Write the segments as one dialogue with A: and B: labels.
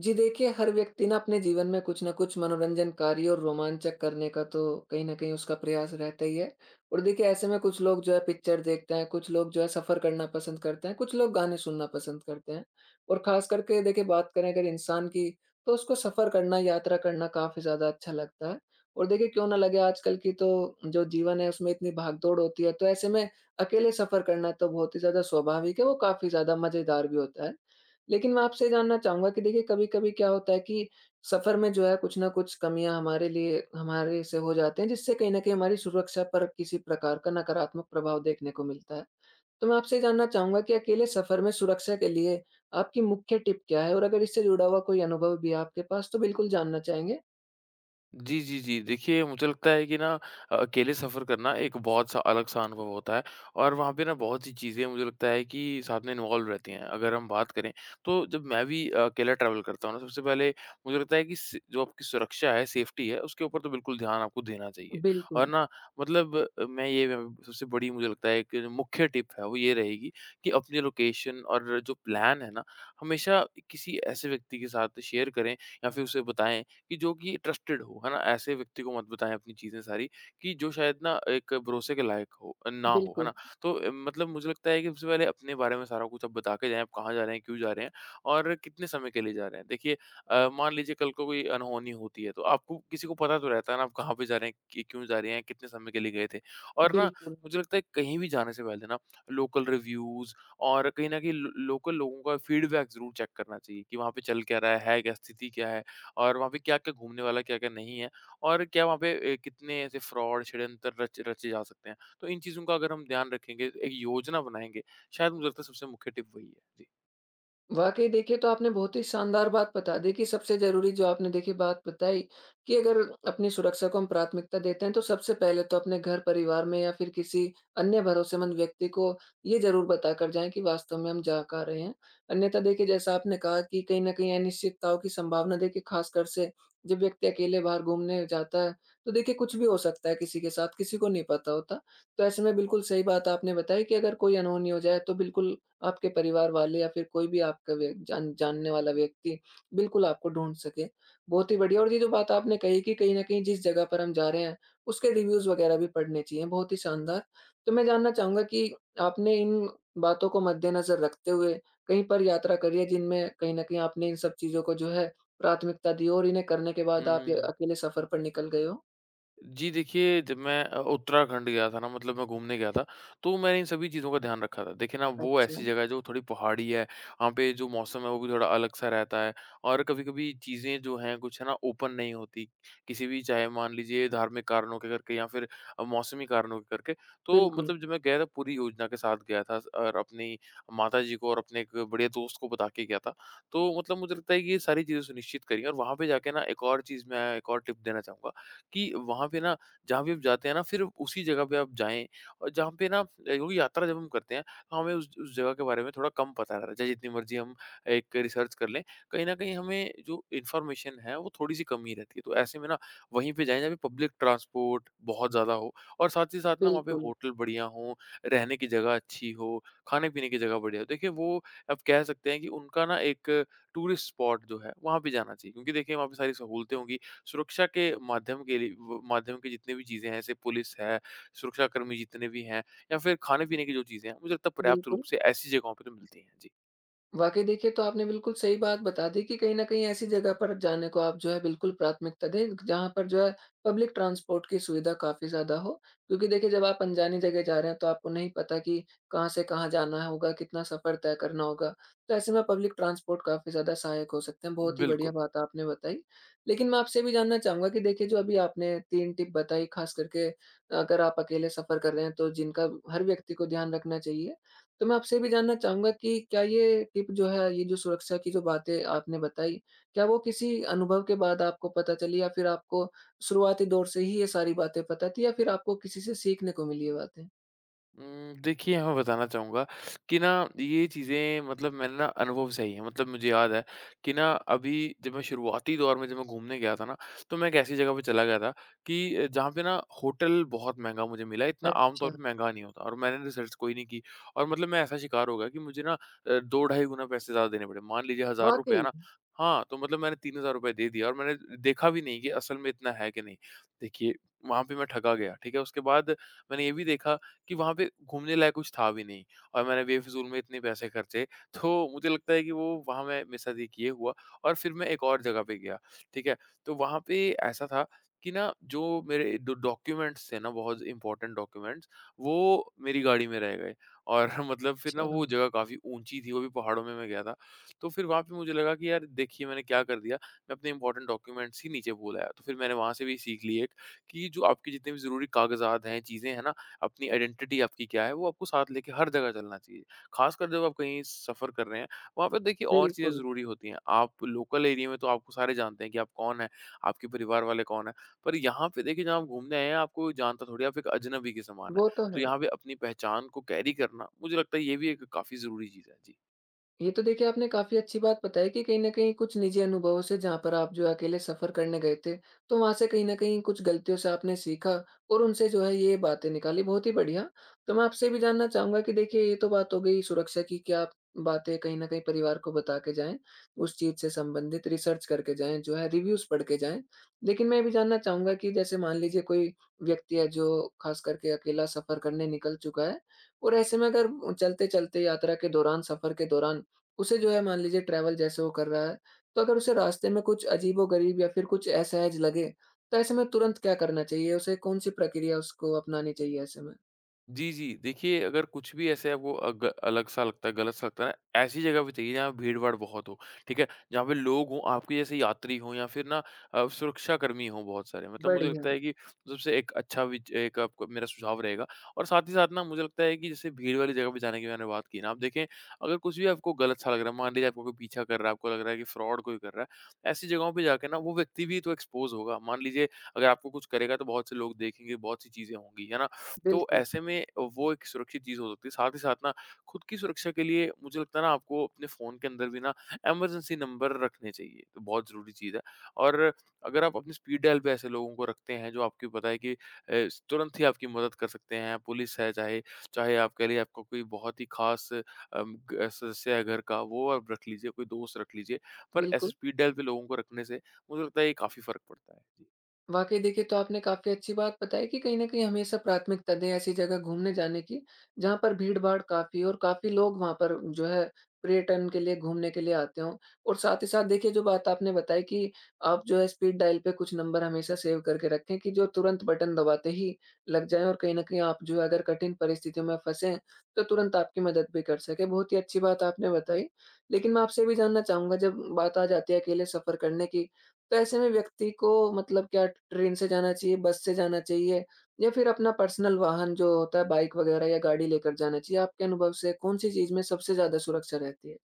A: जी देखिए, हर व्यक्ति ना अपने जीवन में कुछ न कुछ मनोरंजनकारी और रोमांचक करने का तो कहीं न कहीं उसका प्रयास रहता ही है। और देखिए ऐसे में कुछ लोग जो है पिक्चर देखते हैं, कुछ लोग जो है सफ़र करना पसंद करते हैं, कुछ लोग गाने सुनना पसंद करते हैं। और ख़ास करके देखिए बात करें अगर इंसान की तो उसको सफ़र करना, यात्रा करना काफ़ी ज़्यादा अच्छा लगता है। और देखिए क्यों ना लगे आजकल की तो जो जीवन है उसमें इतनी भाग-दौड़ होती है, तो ऐसे में अकेले सफ़र करना तो बहुत ही ज़्यादा स्वाभाविक है, वो काफ़ी ज़्यादा मज़ेदार भी होता है। लेकिन मैं आपसे जानना चाहूँगा कि देखिए कभी-कभी क्या होता है कि सफ़र में जो है कुछ न कुछ कमियाँ हमारे लिए हमारे से हो जाते हैं जिससे कहीं न कहीं हमारी सुरक्षा पर किसी प्रकार का नकारात्मक प्रभाव देखने को मिलता है। तो मैं आपसे जानना चाहूँगा कि अकेले सफ़र में सुरक्षा के लिए आपकी मुख्य टिप क्या है? और अगर इससे जुड़ा हुआ कोई अनुभव भी है आपके पास तो बिल्कुल जानना चाहेंगे?
B: जी, जी, जी। देखिए, मुझे लगता है कि ना अकेले सफ़र करना एक बहुत सा अलग-सा अनुभव होता है और वहाँ पे ना बहुत सी चीज़ें मुझे लगता है कि साथ में इन्वॉल्व रहती हैं। अगर हम बात करें, तो जब मैं भी अकेला ट्रैवल करता हूँ ना, सबसे पहले मुझे लगता है कि स जो आपकी सुरक्षा है, सेफ्टी है, उसके ऊपर तो बिल्कुल ध्यान आपको देना चाहिए। और
A: बिल्कुल,
B: ना मतलब मैं ये सबसे बड़ी मुझे लगता है एक मुख्य टिप है, वो ये रहेगी कि अपनी लोकेशन और जो प्लान है ना, हमेशा किसी ऐसे व्यक्ति के साथ शेयर करें या फिर उसे बताएँ कि जो कि ट्रस्टेड हो, है ना? ऐसे व्यक्ति को मत बताएँ अपनी चीज़ें सारी कि जो शायद ना एक भरोसे के लायक हो ना हो, है
A: बिल्कुल,
B: ना? तो मतलब मुझे लगता है कि सबसे पहले अपने बारे में सारा कुछ आप बता के जाएँ, आप कहाँ जा रहे हैं, क्यों जा रहे हैं और कितने समय के लिए जा रहे हैं। देखिए मान लीजिए कल को कोई अनहोनी होती है, तो आपको किसी को पता तो रहता है ना आप कहाँ पे जा रहे हैं, कि क्यों जा रहे हैं, कितने समय के लिए गए थे। और ना
A: बिल्कुल।
B: मुझे लगता है कहीं भी जाने से पहले ना लोकल रिव्यूज़ और कहीं न कहीं लो लोकल लोगों का फीडबैक ज़रूर चेक करना चाहिए कि वहाँ पे चल क्या रहा है क्या, स्थिति क्या है? और वहाँ पे क्या-क्या घूमने वाला, क्या-क्या नहीं है? और क्या वहाँ पे कितने ऐसे फ्रॉड, षड्यंत्र रच रचे जा सकते हैं? तो इन चीज़ों का अगर हम ध्यान रखेंगे, एक योजना बनाएँगे, शायद मुझे लगता है सबसे मुख्य टिप वही है। जी।
A: वाक़ई देखिए, तो आपने बहुत ही शानदार बात बता दी कि सबसे ज़रूरी जो आपने देखिए बात बताई कि अगर अपनी सुरक्षा को हम प्राथमिकता देते हैं, तो सबसे पहले तो अपने घर परिवार में या फिर किसी अन्य भरोसेमंद व्यक्ति को ये ज़रूर बताकर जाएँ कि वास्तव में हम जा कहाँ रहे हैं। अन्यथा देखिए जैसा आपने कहा कि कहीं न कहीं अनिश्चितताओं की संभावना देखिए ख़ासकर से जब व्यक्ति अकेले बाहर घूमने जाता है, तो देखिए कुछ भी हो सकता है किसी के साथ, किसी को नहीं पता होता। तो ऐसे में बिल्कुल सही बात आपने बताई कि अगर कोई अनहोनी हो जाए तो बिल्कुल आपके परिवार वाले या फिर कोई भी आपका व्य जान जानने वाला व्यक्ति बिल्कुल आपको ढूँढ सके। बहुत ही बढ़िया और ये जो बात आपने कही कि कहीं न कहीं जिस जगह पर हम जा रहे हैं, उसके रिव्यूज़ वग़ैरह भी पढ़ने चाहिए, बहुत ही शानदार। तो मैं जानना चाहूँगा कि आपने इन बातों को मद्देनज़र रखते हुए कहीं पर यात्रा करी है जिनमें कहीं न कहीं आपने इन सब चीज़ों को जो है प्राथमिकता दी हो और इन्हें करने के
B: हुँ,
A: बाद आप
B: हुँ,
A: य
B: हुँ।
A: अकेले सफ़र पर निकल गए हो?
B: जी देखिए, जब मैं उत्तराखंड गया था ना मतलब मैं घूमने गया था, तो मैंने इन सभी चीज़ों का ध्यान रखा था। देखिए ना वो ऐसी
A: अच्छा,
B: जगह है जो थोड़ी पहाड़ी है, वहाँ पे जो मौसम है वो भी थोड़ा अलग-सा रहता है और कभी-कभी चीज़ें जो हैं कुछ है ना ओपन नहीं होती, किसी भी चाहे मान लीजिए धार्मिक कारणों के करके या फिर मौसमी कारणों के करके। तो
A: बिल्कुल,
B: मतलब जब मैं गया था पूरी योजना के साथ गया था और अपनी माताजी को और अपने एक बढ़िया दोस्त को बता के गया था। तो मतलब मुझे लगता है कि ये सारी चीज़ें सुनिश्चित करी और वहाँ पे जाके ना एक और चीज़ मैं एक और टिप देना चाहूँगा कि वहाँ पे ना जहाँ भी आप जाते हैं ना फिर उसी जगह पे आप जाएँ और जहाँ पे ना क्योंकि यात्रा जब हम करते हैं तो हमें उस जगह के बारे में थोड़ा कम पता रहता है। चाहे जितनी मर्ज़ी हम एक रिसर्च कर लें, कहीं न कहीं हमें जो इन्फॉर्मेशन है वो थोड़ी-सी कम ही रहती है। तो ऐसे में ना वहीं पे जाएँ जहाँ पे पब्लिक ट्रांसपोर्ट बहुत ज़्यादा हो और साथ ही साथ ना वहाँ पे
A: बिल्कुल,
B: होटल बढ़िया हों, रहने की जगह अच्छी हो, खाने-पीने की जगह बढ़िया हो। देखिए वो आप कह सकते हैं कि उनका ना एक टूरिस्ट स्पॉट जो है वहाँ पे जाना चाहिए क्योंकि देखिए वहाँ पे सारी सहूलतें होंगी। सुरक्षा के माध्यम के लिए व माध्यम के जितने भी चीज़ें हैं, जैसे पुलिस है, सुरक्षाकर्मी जितने भी हैं या फिर खाने-पीने की जो चीज़ें हैं, मुझे लगता है पर्याप्त रूप
A: बिल्कुल।
B: से ऐसी जगहों पे तो मिलती हैं। जी।
A: वाक़ई देखिए, तो आपने बिल्कुल सही बात बता दी कि कहीं न कहीं ऐसी जगह पर जाने को आप जो है बिल्कुल प्राथमिकता दें, जहाँ पर जो है पब्लिक ट्रांसपोर्ट की सुविधा काफ़ी ज़्यादा हो। क्योंकि देखिए, जब आप अनजानी जगह जा रहे हैं तो आपको नहीं पता कि कहाँ से कहाँ जाना होगा, कितना सफ़र तय करना होगा। तो ऐसे में पब्लिक ट्रांसपोर्ट काफ़ी ज़्यादा सहायक हो सकते हैं, बहुत ही
B: बिल्कुल।
A: बढ़िया बात आपने बताई। लेकिन मैं आपसे ये भी जानना चाहूँगा कि देखिए, जो अभी आपने 3 टिप बताई ख़ास करके अगर आप अकेले सफ़र कर रहे हैं तो जिनका हर व्यक्ति को ध्यान रखना चाहिए। तो मैं आपसे भी जानना चाहूँगा कि क्या ये टिप जो है, ये जो सुरक्षा की जो बातें आपने बताई, क्या वो किसी अनुभव के बाद आपको पता चली या फिर आपको शुरुआती दौर से ही ये सारी बातें पता थी या फिर आपको किसी से सीखने को मिली ये बातें?
B: देखिए मैं बताना चाहूँगा कि ना ये चीज़ें मतलब मैंने ना अनुभव से ही है। मतलब मुझे याद है कि ना अभी जब मैं शुरुआती दौर में जब मैं घूमने गया था ना, तो मैं एक ऐसी जगह पे चला गया था कि जहाँ पे ना होटल बहुत महँगा मुझे मिला, इतना आम तौर
A: अच्छा,
B: पे महँगा नहीं होता और मैंने रिसर्च कोई नहीं की और मतलब मैं ऐसा शिकार हो गया कि मुझे ना 2 ढाई गुना पैसे ज़्यादा देने पड़े। मान लीजिए ₹1000 है
A: वाक़ई!
B: ना। हाँ, तो मतलब मैंने ₹3000 दे दिया और मैंने देखा भी नहीं कि असल में इतना है कि नहीं। देखिए, वहाँ पे मैं ठगा गया, ठीक है? उसके बाद मैंने ये भी देखा कि वहाँ पे घूमने लायक कुछ था भी नहीं और मैंने बेफ़िज़ूल में इतने पैसे खर्चे। तो मुझे लगता है कि वो वहाँ मैं मिसअदीक ये हुआ और फिर मैं एक और जगह पे गया, ठीक है? तो वहाँ पे ऐसा था कि ना जो मेरे डॉ डॉक्यूमेंट्स थे ना बहुत इम्पोर्टेंट डॉक्यूमेंट्स, वो मेरी गाड़ी में रह गए और मतलब फिर ना
A: अच्छा,
B: वो जगह काफ़ी ऊँची थी, वो भी पहाड़ों में मैं गया था। तो फिर वहाँ पे मुझे लगा कि यार देखिए मैंने क्या कर दिया, मैं अपने इम्पोर्टेंट डॉक्यूमेंट्स ही नीचे भूल आया। तो फिर मैंने वहाँ से भी सीख ली एक कि जो आपके जितने भी ज़रूरी कागज़ात हैं, चीज़ें हैं ना, अपनी आइडेंटिटी आपकी क्या है वो आपको साथ लेके हर जगह चलना चाहिए। ख़ासकर जब आप कहीं सफ़र कर रहे हैं, वहाँ पे देखिए और चीज़ें
A: बिल्कुल,
B: ज़रूरी होती हैं। आप लोकल एरिया में तो आपको सारे जानते हैं कि आप कौन हैं, आपके परिवार वाले कौन हैं। पर यहाँ पे देखिए जहाँ आप घूमने आए हैं आपको जानता थोड़ी है, आप एक अजनबी के समान हैं।
A: वो तो
B: तो
A: है।
B: यहाँ पे अपनी पहचान को कैरी करना मुझे लगता है ये भी एक काफ़ी ज़रूरी चीज़ है। जी।
A: ये तो देखिए आपने काफ़ी अच्छी बात बताई कि कहीं न कहीं कुछ निजी अनुभवों से जहाँ पर आप जो है अकेले सफ़र करने गए थे, तो वहाँ से कहीं न कहीं कुछ गलतियों से आपने सीखा और उनसे जो है ये बातें निकाली, बहुत ही बढ़िया। तो मैं आपसे भी जानना चाहूँगा कि देखिए ये तो बात हो गई सुरक्षा की कि आप बातें कहीं न कहीं परिवार को बता के जाएँ, उस चीज़ से संबंधित रिसर्च करके जाएँ, जो है रिव्यूज़ पढ़ के जाएँ। लेकिन मैं ये भी जानना चाहूँगा कि जैसे मान लीजिए कोई व्यक्ति है जो ख़ास करके अकेला सफ़र करने निकल चुका है और ऐसे में अगर चलते-चलते यात्रा के दौरान, सफ़र के दौरान उसे जो है मान लीजिए ट्रैवल जैसे वो कर रहा है, तो अगर उसे रास्ते में कुछ अजीबो-गरीब या फिर कुछ असहज लगे, तो ऐसे में तुरंत क्या करना चाहिए? उसे कौन-सी प्रक्रिया उसको अपनानी चाहिए ऐसे में?
B: जी, जी। देखिए, अगर कुछ भी ऐसे आपको अग अलग-सा लगता है, गलत-सा लगता है ना, ऐसी जगह पे चाहिए जहाँ भीड़-भाड़ बहुत हो, ठीक है? जहाँ पे लोग हों, आपके जैसे यात्री हों या फिर ना सुरक्षाकर्मी हों बहुत सारे। मतलब मुझे
A: बढ़िया,
B: लगता है कि सबसे एक अच्छा विच एक आपको मेरा सुझाव रहेगा और साथ ही साथ ना मुझे लगता है कि जैसे भीड़ वाली जगह पे जाने की मैंने बात की ना, आप देखें अगर कुछ भी आपको गलत-सा लग रहा है, मान लीजिए आपको कोई पीछा कर रहा है, आपको लग रहा है कि फ्रॉड कोई कर रहा है, ऐसी जगहों पे जाके ना वो व्यक्ति भी तो एक्सपोज़ होगा। मान लीजिए अगर आपको कुछ करेगा तो बहुत से लोग देखेंगे, बहुत सी चीज़ें होंगी, है ना? तो
A: बिल्कुल,
B: ऐसे में वो एक सुरक्षित चीज़ हो सकती है। साथ ही साथ ना खुद की सुरक्षा के लिए मुझे लगता है ना आपको अपने फ़ोन के अंदर भी ना इमरजेंसी नंबर रखने चाहिए, तो बहुत ज़रूरी चीज़ है। और अगर आप अपनी स्पीड डायल पे ऐसे लोगों को रखते हैं जो आपको पता है कि तुरंत ही आपकी मदद कर सकते हैं, पुलिस है चाहे चाहे आपके लिए आपका कोई बहुत ही ख़ास ग सदस्य है घर का वो आप रख लीजिए, कोई दोस्त रख लीजिए। पर ऐसे
A: बिल्कुल।
B: स्पीड डायल पे लोगों को रखने से मुझे लगता है ये काफ़ी फ़र्क पड़ता है।
A: वाक़ई देखिए, तो आपने काफ़ी अच्छी बात बताई कि कहीं न कहीं हमेशा प्राथमिकता दें ऐसी जगह घूमने जाने की, जहाँ पर भीड़-भाड़ काफ़ी हो और काफ़ी लोग वहाँ पर जो है पर्यटन के लिए, घूमने के लिए आते हों। और साथ ही साथ देखिए, जो बात आपने बताई कि आप जो है स्पीड डायल पे कुछ नंबर हमेशा सेव करके रखें कि जो तुरंत बटन दबाते ही लग जाएँ और कहीं न कहीं आप जो है अगर कठिन परिस्थितियों में फँसें, तो तुरंत आपकी मदद भी कर सकें। बहुत ही अच्छी बात आपने बताई। लेकिन मैं आपसे ये भी जानना चाहूँगा जब बात आ जाती है अकेले सफ़र करने की तो ऐसे में व्यक्ति को मतलब क्या ट्रेन से जाना चाहिए, बस से जाना चाहिए या फिर अपना पर्सनल वाहन जो होता है बाइक वगैरह या गाड़ी लेकर जाना चाहिए? आपके अनुभव से कौन-सी चीज़ में सबसे ज़्यादा सुरक्षा रहती है?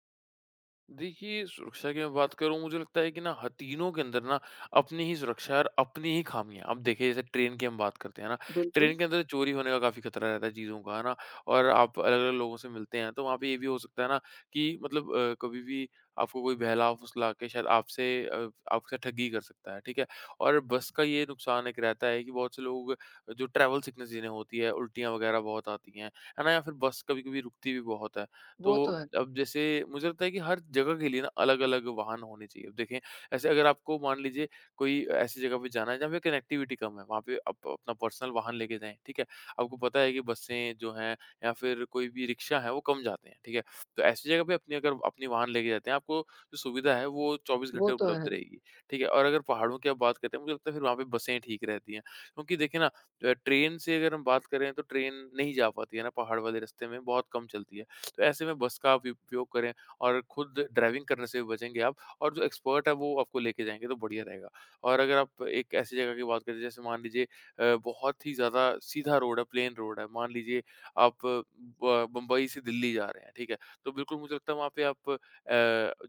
B: देखिए, सुरक्षा की मैं बात करूँ मुझे लगता है कि ना ह तीनों के अंदर ना अपनी ही सुरक्षा और अपनी ही ख़ामियाँ अब देखिए जैसे ट्रेन की हम बात करते हैं ना,
A: बिल्कुल,
B: ट्रेन के अंदर चोरी होने का काफ़ी ख़तरा रहता है चीज़ों का, है ना? और आप अलग-अलग लोगों से मिलते हैं तो वहाँ पे ये भी हो सकता है ना कि मतलब कभी भी आपको कोई बहला-फुसला के शायद आपसे ठगी कर सकता है, ठीक है? और बस का ये नुकसान एक रहता है कि बहुत से लोग जो ट्रैवल सिकनेस जिन्हें होती है, उल्टियाँ वग़ैरह बहुत आती हैं, है ना? या फिर बस कभी-कभी रुकती भी बहुत है।
A: वो
B: तो
A: तो है।
B: अब जैसे मुझे लगता है कि हर जगह के लिए ना अलग-अलग वाहन होने चाहिए। अब देखें ऐसे अगर आपको मान लीजिए कोई ऐसी जगह पे जाना है जहाँ पे कनेक्टिविटी कम है, वहाँ पे आप अपना पर्सनल वाहन लेके जाएँ, ठीक है? आपको पता है कि बसें जो हैं या फिर कोई भी रिक्शा है वो कम जाते हैं, ठीक है? तो ऐसी जगह पे अपनी अगर अपनी वाहन लेके जाते हैं आपको जो सुविधा है वो 24
A: वो
B: घंटे
A: तो
B: उपलब्ध
A: है,
B: रहेगी, ठीक है? और अगर पहाड़ों की आप बात करते हैं मुझे लगता है फिर वहाँ पे बसें ठीक रहती हैं। क्योंकि देखिए ना ट्रेन से अगर हम बात करें तो ट्रेन नहीं जा पाती है ना पहाड़ वाले रास्ते में, बहुत कम चलती है। तो ऐसे में बस का आप उपयोग करें और खुद ड्राइविंग करने से भी बचेंगे आप और जो एक्सपर्ट है वो आपको लेके जाएँगे तो बढ़िया रहेगा। और अगर आप एक ऐसी जगह की बात करें जैसे मान लीजिए बहुत ही ज़्यादा सीधा रोड है, प्लेन रोड है, मान लीजिए आप ब बम्बई से दिल्ली जा रहे हैं, ठीक है? तो बिल्कुल मुझे लगता है वहाँ पे आप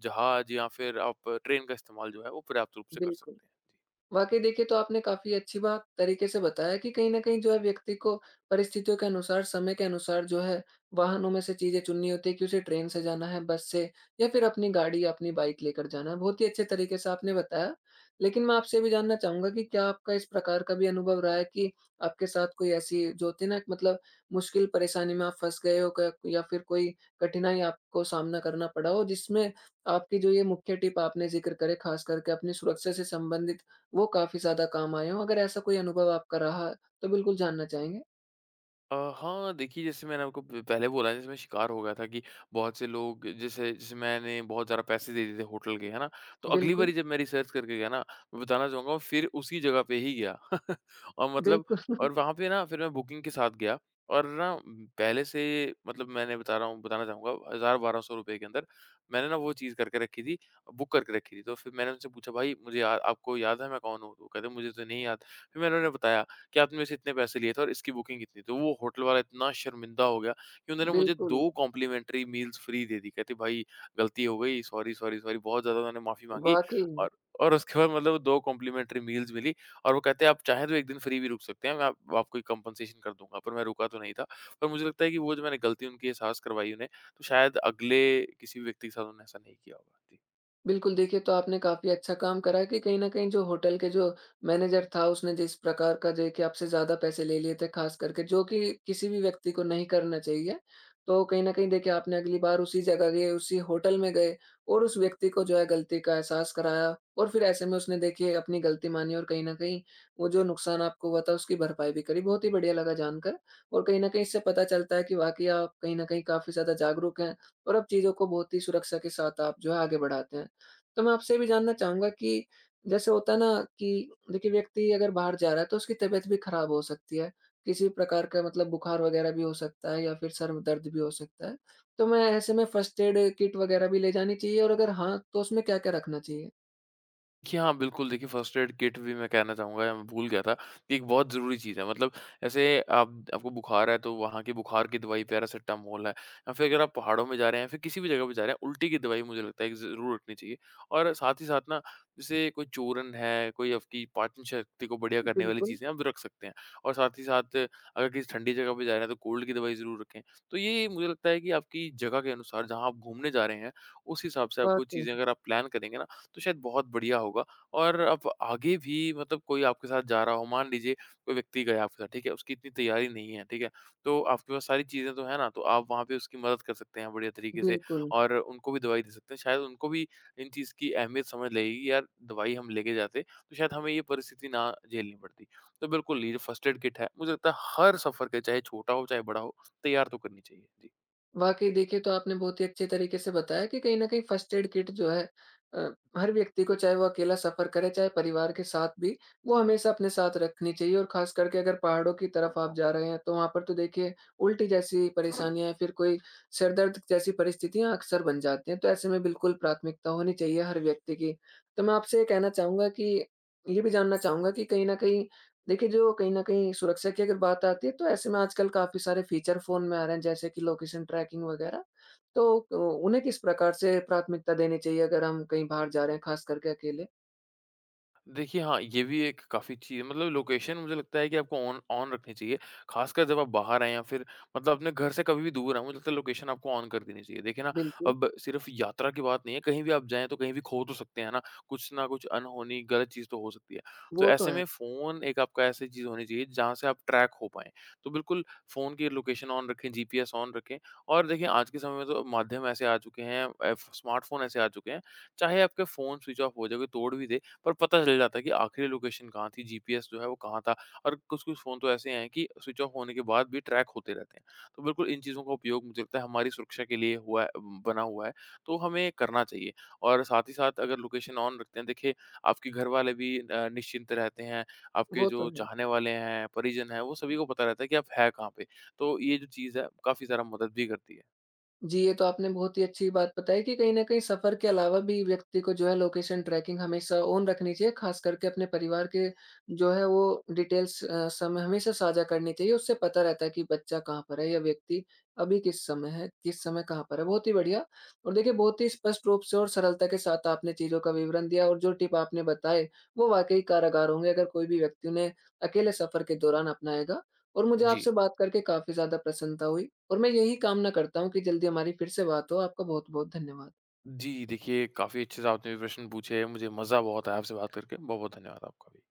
B: जहाज या फिर आप ट्रेन का इस्तेमाल जो है वो पर्याप्त रूप से कर
A: बिल्कुल।
B: सकते हैं। जी।
A: वाक़ई देखिए, तो आपने काफ़ी अच्छी बात तरीके से बताया कि कहीं न कहीं जो है व्यक्ति को परिस्थितियों के अनुसार, समय के अनुसार जो है वाहनों में से चीज़ें चुननी होती है कि उसे ट्रेन से जाना है, बस से या फिर अपनी गाड़ी या अपनी बाइक लेकर जाना है। बहुत ही अच्छे तरीके से आपने बताया। लेकिन मैं आपसे ये भी जानना चाहूँगा कि क्या आपका इस प्रकार का भी अनुभव रहा है कि आपके साथ कोई ऐसी जो होती है ना मतलब मुश्किल परेशानी में आप फँस गए हो क या फिर कोई कठिनाई आपको सामना करना पड़ा हो जिसमें आपकी जो ये मुख्य टिप आपने ज़िक्र करे ख़ास करके अपनी सुरक्षा से संबंधित वो काफ़ी ज़्यादा काम आए हों। अगर ऐसा कोई अनुभव आपका रहा, तो बिल्कुल जानना चाहेंगे?
B: हाँ, देखिए, जैसे मैंने आपको प पहले बोला, जैसे मैं शिकार हो गया था कि बहुत से लोग, जैसे जैसे मैंने बहुत ज़्यादा पैसे दे दिए थे होटल के, है ना? तो अगली
A: बिल्कुल,
B: बारी जब मैं रिसर्च करके गया ना, मैं बताना चाहूँगा, फिर उसी जगह पे ही गया और मतलब,
A: बिल्कुल,
B: और वहाँ पे ना फिर मैं बुकिंग के साथ गया, और पहले से मतलब मैंने बता रहा हूँ बताना चाहूँगा, ₹1000-1200 के अंदर मैंने ना वो चीज़ करके रखी थी, बुक करके रखी थी। तो फिर मैंने उनसे पूछा, "भाई, मुझे या आपको याद है मैं कौन हूँ?" तो कहते, "मुझे तो नहीं याद।" फिर मैंने उन्हें बताया कि आपने मेरे से इतने पैसे लिए थे और इसकी बुकिंग इतनी, तो वो होटल वाला इतना शर्मिंदा हो गया कि उन्होंने मुझे
A: बिल्कुल,
B: 2 कॉम्प्लीमेंट्री मील्स फ्री दे दी। कहते, भाई गलती हो गई, सॉरी, सॉरी, सॉरी, बहुत ज़्यादा उन्होंने माफ़ी माँगी।
A: वाक़ई।
B: और और उसके बाद मतलब 2 कॉम्प्लीमेंट्री मील्स मिली, और वो कहते हैं आप चाहें तो 1 दिन फ्री भी रुक सकते हैं, मैं आप आपको एक कंपनसेशन कर दूँगा। पर मैं रुका तो नहीं था। पर मुझे लगता है कि वो जो मैंने गलती उनकी एहसास करवाई उन्हें, तो शायद अगले किसी भी व्यक्ति के साथ उन्होंने ऐसा नहीं किया होगा। जी।
A: बिल्कुल, देखिए तो आपने काफ़ी अच्छा काम करा कि कहीं न कहीं जो होटल के जो मैनेजर था उसने जिस प्रकार का देखिए आपसे ज़्यादा पैसे ले लिए थे ख़ास करके जो कि किसी भी व्यक्ति को नहीं करना चाहिए। तो कहीं न कहीं देखिए आपने अगली बार उसी जगह गए, उसी होटल में गए और उस व्यक्ति को जो है गलती का एहसास कराया और फिर ऐसे में उसने देखिए अपनी गलती मानी और कहीं न कहीं वो जो नुकसान आपको हुआ था उसकी भरपाई भी करी। बहुत ही बढ़िया लगा जानकर और कहीं न कहीं इससे पता चलता है कि वाक़ई आप कहीं न कहीं काफ़ी ज़्यादा जागरूक हैं और अब चीज़ों को बहुत ही सुरक्षा के साथ आप जो है आगे बढ़ाते हैं। तो मैं आपसे ये भी जानना चाहूँगा कि जैसे होता है ना कि देखिए व्यक्ति अगर बाहर जा रहा है तो उसकी तबीयत भी खराब हो सकती है। किसी प्रकार का मतलब बुखार वग़ैरह भी हो सकता है या फिर सर में दर्द भी हो सकता है। तो मैं ऐसे में फर्स्ट एड किट वग़ैरह भी ले जानी चाहिए और अगर हाँ, तो उसमें क्या-क्या रखना चाहिए?
B: कि हाँ, बिल्कुल, देखिए, फ़र्स्ट एड किट भी मैं कहना चाहूँगा, या मैं भूल गया था कि एक बहुत ज़रूरी चीज़ है। मतलब, ऐसे आप आपको बुखार है तो वहाँ की बुखार की दवाई पैरासिटामोल है, या फिर अगर आप पहाड़ों में जा रहे हैं या फिर किसी भी जगह पे जा रहे हैं, उल्टी की दवाई मुझे लगता है कि ज़रूर रखनी चाहिए। और साथ ही साथ ना, जैसे कोई चूर्ण है, कोई आपकी पाचन शक्ति को बढ़िया करने वाली
A: बिल्कुल,
B: चीज़ें आप रख सकते हैं। और साथ ही साथ, अगर किसी ठंडी जगह पे जा रहे हैं, तो कोल्ड की दवाई ज़रूर रखें। तो ये मुझे लगता है कि आपकी जगह के अनुसार, जहाँ आप घूमने जा रहे हैं, उस हिसाब से आपको
A: वाक़ई,
B: चीज़ें अगर आप प्लान करेंगे ना, तो शायद बहुत बढ़िया होगा। और अब आगे भी मतलब कोई आपके साथ जा रहा हो, मान लीजिए कोई व्यक्ति गया आपके साथ, ठीक है, उसकी इतनी तैयारी नहीं है, ठीक है, तो आपके पास सारी चीज़ें तो है ना, तो आप वहाँ पे उसकी मदद कर सकते हैं बढ़िया तरीके से।
A: बिल्कुल।
B: और उनको भी दवाई दे सकते हैं, शायद उनको भी इन चीज़ की अहमियत समझ लगेगी, यार दवाई हम लेके जाते तो शायद हमें ये परिस्थिति ना झेलनी पड़ती। तो बिल्कुल, ये जो फर्स्ट एड किट है, मुझे लगता है हर सफ़र के, चाहे छोटा हो, चाहे बड़ा हो, तैयार तो करनी चाहिए जी।
A: वाक़ई देखिए, तो आपने बहुत ही अच्छे तरीके से बताया कि कहीं न कहीं फ़र्स्ट एड किट जो है अ, हर व्यक्ति को चाहे वो अकेला सफ़र करे, चाहे परिवार के साथ भी, वो हमेशा अपने साथ रखनी चाहिए और ख़ास करके अगर पहाड़ों की तरफ आप जा रहे हैं, तो वहाँ पर तो देखिए उल्टी जैसी परेशानियाँ या फिर कोई सिर दर्द जैसी परिस्थितियाँ अक्सर बन जाती हैं, तो ऐसे में बिल्कुल प्राथमिकता होनी चाहिए हर व्यक्ति की। तो मैं आपसे ये कहना चाहूँगा कि ये भी जानना चाहूँगा कि कहीं न कहीं देखिए, जो कहीं न कहीं सुरक्षा की अगर बात आती है, तो ऐसे में आजकल काफ़ी सारे फीचर फ़ोन में आ रहे हैं, जैसे कि लोकेशन ट्रैकिंग वगैरह। तो उन्हें किस प्रकार से प्राथमिकता देनी चाहिए अगर हम कहीं बाहर जा रहे हैं, ख़ास करके अकेले?
B: देखिए, हाँ, ये भी एक काफ़ी अच्छी, मतलब लोकेशन, मुझे लगता है कि आपको ऑन ऑन रखनी चाहिए। ख़ासकर जब आप बाहर आएँ या फिर मतलब अपने घर से कभी भी दूर आएँ, मुझे लगता है लोकेशन आपको ऑन कर देनी चाहिए। देखिए ना,
A: बिल्कुल,
B: अब सिर्फ़ यात्रा की बात नहीं है, कहीं भी आप जाएँ तो कहीं भी खो तो सकते हैं, है ना? कुछ ना कुछ अनहोनी, गलत चीज़ तो हो सकती है। तो
A: वो तो
B: ऐसे
A: है।
B: में फ़ोन एक आपका ऐसी चीज़ होनी चाहिए जहाँ से आप ट्रैक हो पाएँ। तो बिल्कुल, फ़ोन की लोकेशन ऑन रखें, जीपीएस ऑन रखें। और देखिए, आज के समय में तो माध्यम ऐसे आ चुके हैं, एफ स्मार्टफ़ोन ऐसे आ चुके हैं, चाहे आपके फ़ोन स्विच ऑफ हो जाए, कोई तोड़ भी दे, पर पता चल जाता है कि आखिरी लोकेशन कहाँ थी, जीपीएस जो है वो कहाँ था। और कुछ-कुछ फ़ोन तो ऐसे हैं कि स्विच ऑफ होने के बाद भी ट्रैक होते रहते हैं। तो बिल्कुल इन चीज़ों का उपयोग, मुझे लगता है, हमारी सुरक्षा के लिए हुआ है, बना हुआ है, तो हमें करना चाहिए। और साथ ही साथ अगर लोकेशन ऑन रखते हैं, देखिए आपके घर वाले भी निश्चिंत रहते हैं, आपके
A: वो तो
B: जो
A: है।
B: चाहने वाले हैं, परिजन हैं, वो सभी को पता रहता है कि आप हैं कहाँ पे। तो ये जो चीज़ है काफ़ी ज़्यादा मदद भी करती है।
A: जी, ये तो आपने बहुत ही अच्छी बात बताई कि कहीं न कहीं सफ़र के अलावा भी व्यक्ति को जो है लोकेशन ट्रैकिंग हमेशा ऑन रखनी चाहिए, ख़ास करके अपने परिवार के जो है वो डिटेल्स समय हमेशा साझा करनी चाहिए। उससे पता रहता है कि बच्चा कहाँ पर है या व्यक्ति अभी किस समय है, किस समय कहाँ पर है। बहुत ही बढ़िया और देखिए बहुत ही स्पष्ट रूप से और सरलता के साथ आपने चीज़ों का विवरण दिया और जो टिप आपने बताए, वो वाक़ई कारागार होंगे अगर कोई भी व्यक्ति उन्हें अकेले सफ़र के दौरान अपनाएगा। और मुझे
B: जी।
A: आपसे बात करके काफ़ी ज़्यादा प्रसन्नता हुई और मैं यही कामना करता हूँ कि जल्दी हमारी फिर से बात हो। आपका बहुत-बहुत धन्यवाद।
B: जी, देखिए, काफ़ी अच्छे से आपने भी प्रश्न पूछे, मुझे मज़ा बहुत आया आपसे बात करके। बहुत-बहुत धन्यवाद आपका भी।